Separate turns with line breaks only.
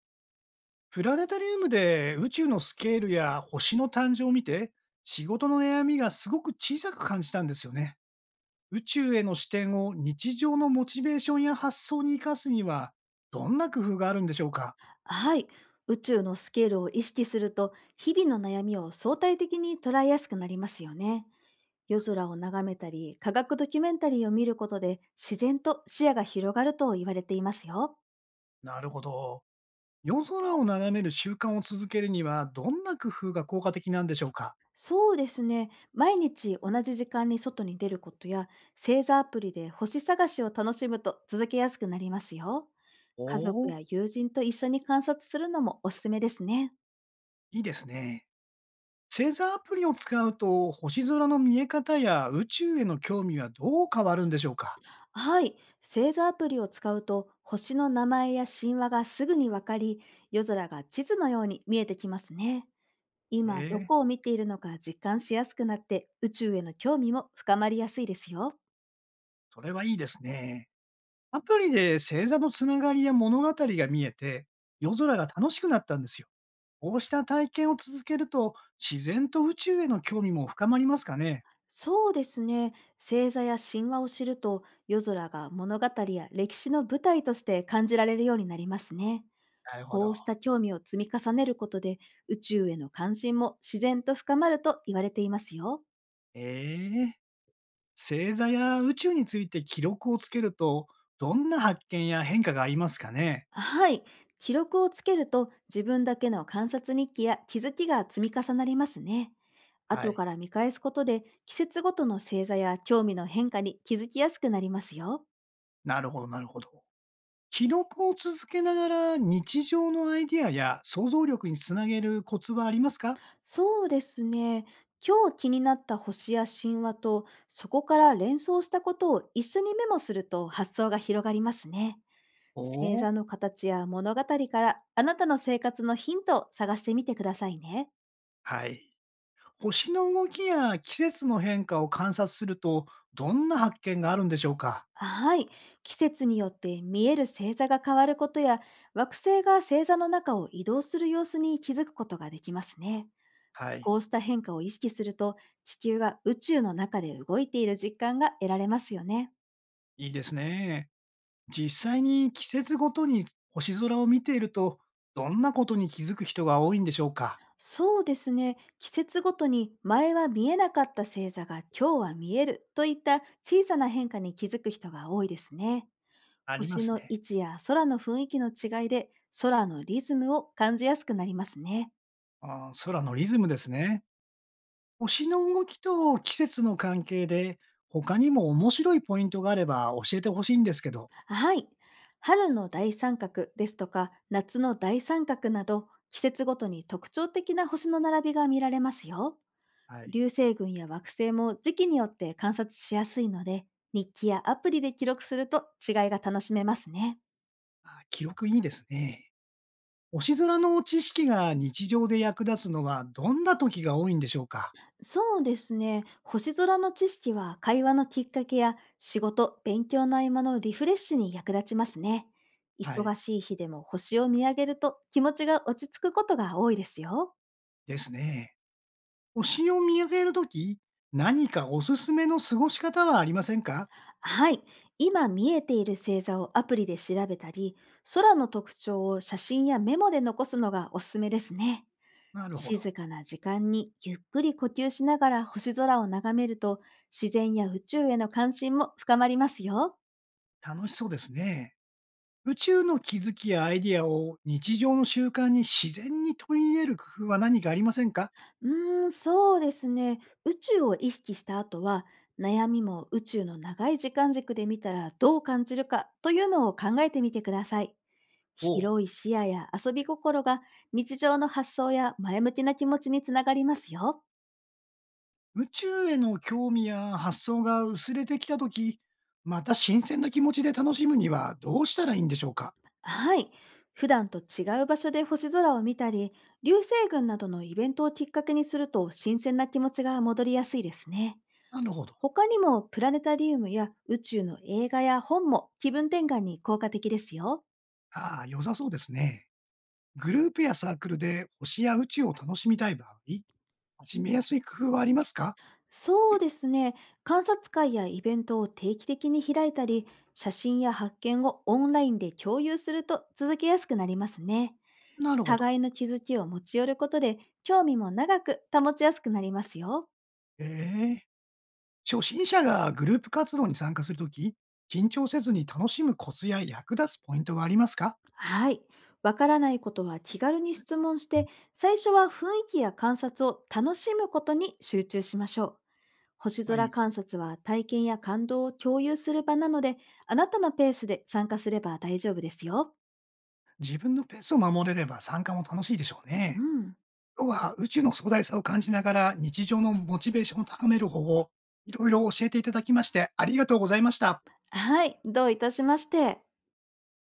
プラネタリウムで宇宙のスケールや星の誕生を見て、仕事の悩みがすごく小さく感じたんですよね。宇宙への視点を日常のモチベーションや発想に生かすには、どんな工夫があるんでしょうか。
はい。宇宙のスケールを意識すると、日々の悩みを相対的に捉えやすくなりますよね。夜空を眺めたり、科学ドキュメンタリーを見ることで、自然と視野が広がると言われていますよ。
なるほど。夜空を眺める習慣を続けるには、どんな工夫が効果的なんでしょうか。
そうですね。毎日同じ時間に外に出ることや、星座アプリで星探しを楽しむと続けやすくなりますよ。
お
家族
お、
や友人と一緒に観察するのもおすすめですね。
いいですね。星座アプリを使うと、星空の見え方や宇宙への興味はどう変わるんでしょうか。
はい。星座アプリを使うと、星の名前や神話がすぐにわかり、夜空が地図のように見えてきますね。
へ
今、ど
え、
こを見ているのか実感しやすくなって、宇宙への興味も深まりやすいですよ。
それはいいですね。アプリで星座のつながりや物語が見えて、夜空が楽しくなったんですよ。こうした体験を続けると、自然と宇宙への興味も深まりますかね。
そうですね。星座や神話を知ると、夜空が物語や歴史の舞台として感じられるようになりますね。
なるほ
こ
ど。
うした興味を積み重ねることで、宇宙への関心も自然と深まると言われていますよ。
ええ、星座や宇宙について記録をつけると、どんな発見や変化がありますかね。
はい。記録をつけると自分だけの観察日記や気づきが積み重なりますね。
は
後
い。
から見返すことで季節ごとの星座や興味の変化に気づきやすくなりますよ。
なるほど、なるほど。記録を続けながら日常のアイディアや想像力につなげるコツはありますか。
そうですね。今日気になった星や神話とそこから連想したことを一緒にメモすると発想が広がりますね。
お
星
おー。
座の形や物語からあなたの生活のヒントを探してみてくださいね。
はい。星の動きや季節の変化を観察すると、どんな発見があるんでしょうか。
はい。季節によって見える星座が変わることや、惑星が星座の中を移動する様子に気づくことができますね。
はい。
こうした変化を意識すると、地球が宇宙の中で動いている実感が得られますよね。
いいですね。実際に季節ごとに星空を見ていると、どんなことに気づく人が多いんでしょうか。
そうですね。季節ごとに、前は見えなかった星座が今日は見えるといった小さな変化に気づく人が多いですね。
ありま
星
す
の
ね。
位置や空の雰囲気の違いで、空のリズムを感じやすくなりますね。
あー、空のリズムですね。星の動きと季節の関係で、他にも面白いポイントがあれば教えてほしいんですけど。
はい。春の大三角ですとか、夏の大三角など、季節ごとに特徴的な星の並びが見られますよ。
はい。
流星群や惑星も時期によって観察しやすいので、日記やアプリで記録すると違いが楽しめますね。
あ、記録いいですね。星空の知識が日常で役立つのはどんな時が多いんでしょうか。
そうですね。星空の知識は会話のきっかけや仕事、勉強の合間のリフレッシュに役立ちますね。
は
忙
い。
しい日でも星を見上げると気持ちが落ち着くことが多いですよ。
ですね。星を見上げるとき、何かおすすめの過ごし方はありませんか。
はい。今見えている星座をアプリで調べたり、空の特徴を写真やメモで残すのがおすすめですね。
なるほど。
静かな時間にゆっくり呼吸しながら星空を眺めると、自然や宇宙への関心も深まりますよ。
楽しそうですね。宇宙の気づきやアイディアを日常の習慣に自然に取り入れる工夫は何かありませんか。
うーん、そうですね。宇宙を意識した後は、悩みも宇宙の長い時間軸で見たらどう感じるかというのを考えてみてください。
ほ
広い視野や遊び心が、日常の発想や前向きな気持ちにつながりますよ。
う。宇宙への興味や発想が薄れてきたとき、また新鮮な気持ちで楽しむにはどうしたらいいんでしょうか。
はい。普段と違う場所で星空を見たり、流星群などのイベントをきっかけにすると、新鮮な気持ちが戻りやすいですね。
なるほど。
他にも、プラネタリウムや宇宙の映画や本も気分転換に効果的ですよ。
ああ、良さそうですね。グループやサークルで星や宇宙を楽しみたい場合、始めやすい工夫はありますか？
そうですね。観察会やイベントを定期的に開いたり、写真や発見をオンラインで共有すると続けやすくなりますね。
なるほど。
互いの気づきを持ち寄ることで、興味も長く保ちやすくなりますよ。
ええ。初心者がグループ活動に参加するとき、緊張せずに楽しむコツや役立つポイントはありますか？
はい。わからないことは気軽に質問して、最初は雰囲気や観察を楽しむことに集中しましょう。星
は
空
い。
観察は体験や感動を共有する場なので、あなたのペースで参加すれば大丈夫ですよ。
自分のペースを守れれば参加も楽しいでしょう
う
ね。
ん。
今日は宇宙の壮大さを感じながら、日常のモチベーションを高める方法、いろいろ教えていただきまして、ありがとうございました。
はい。どういたしまして。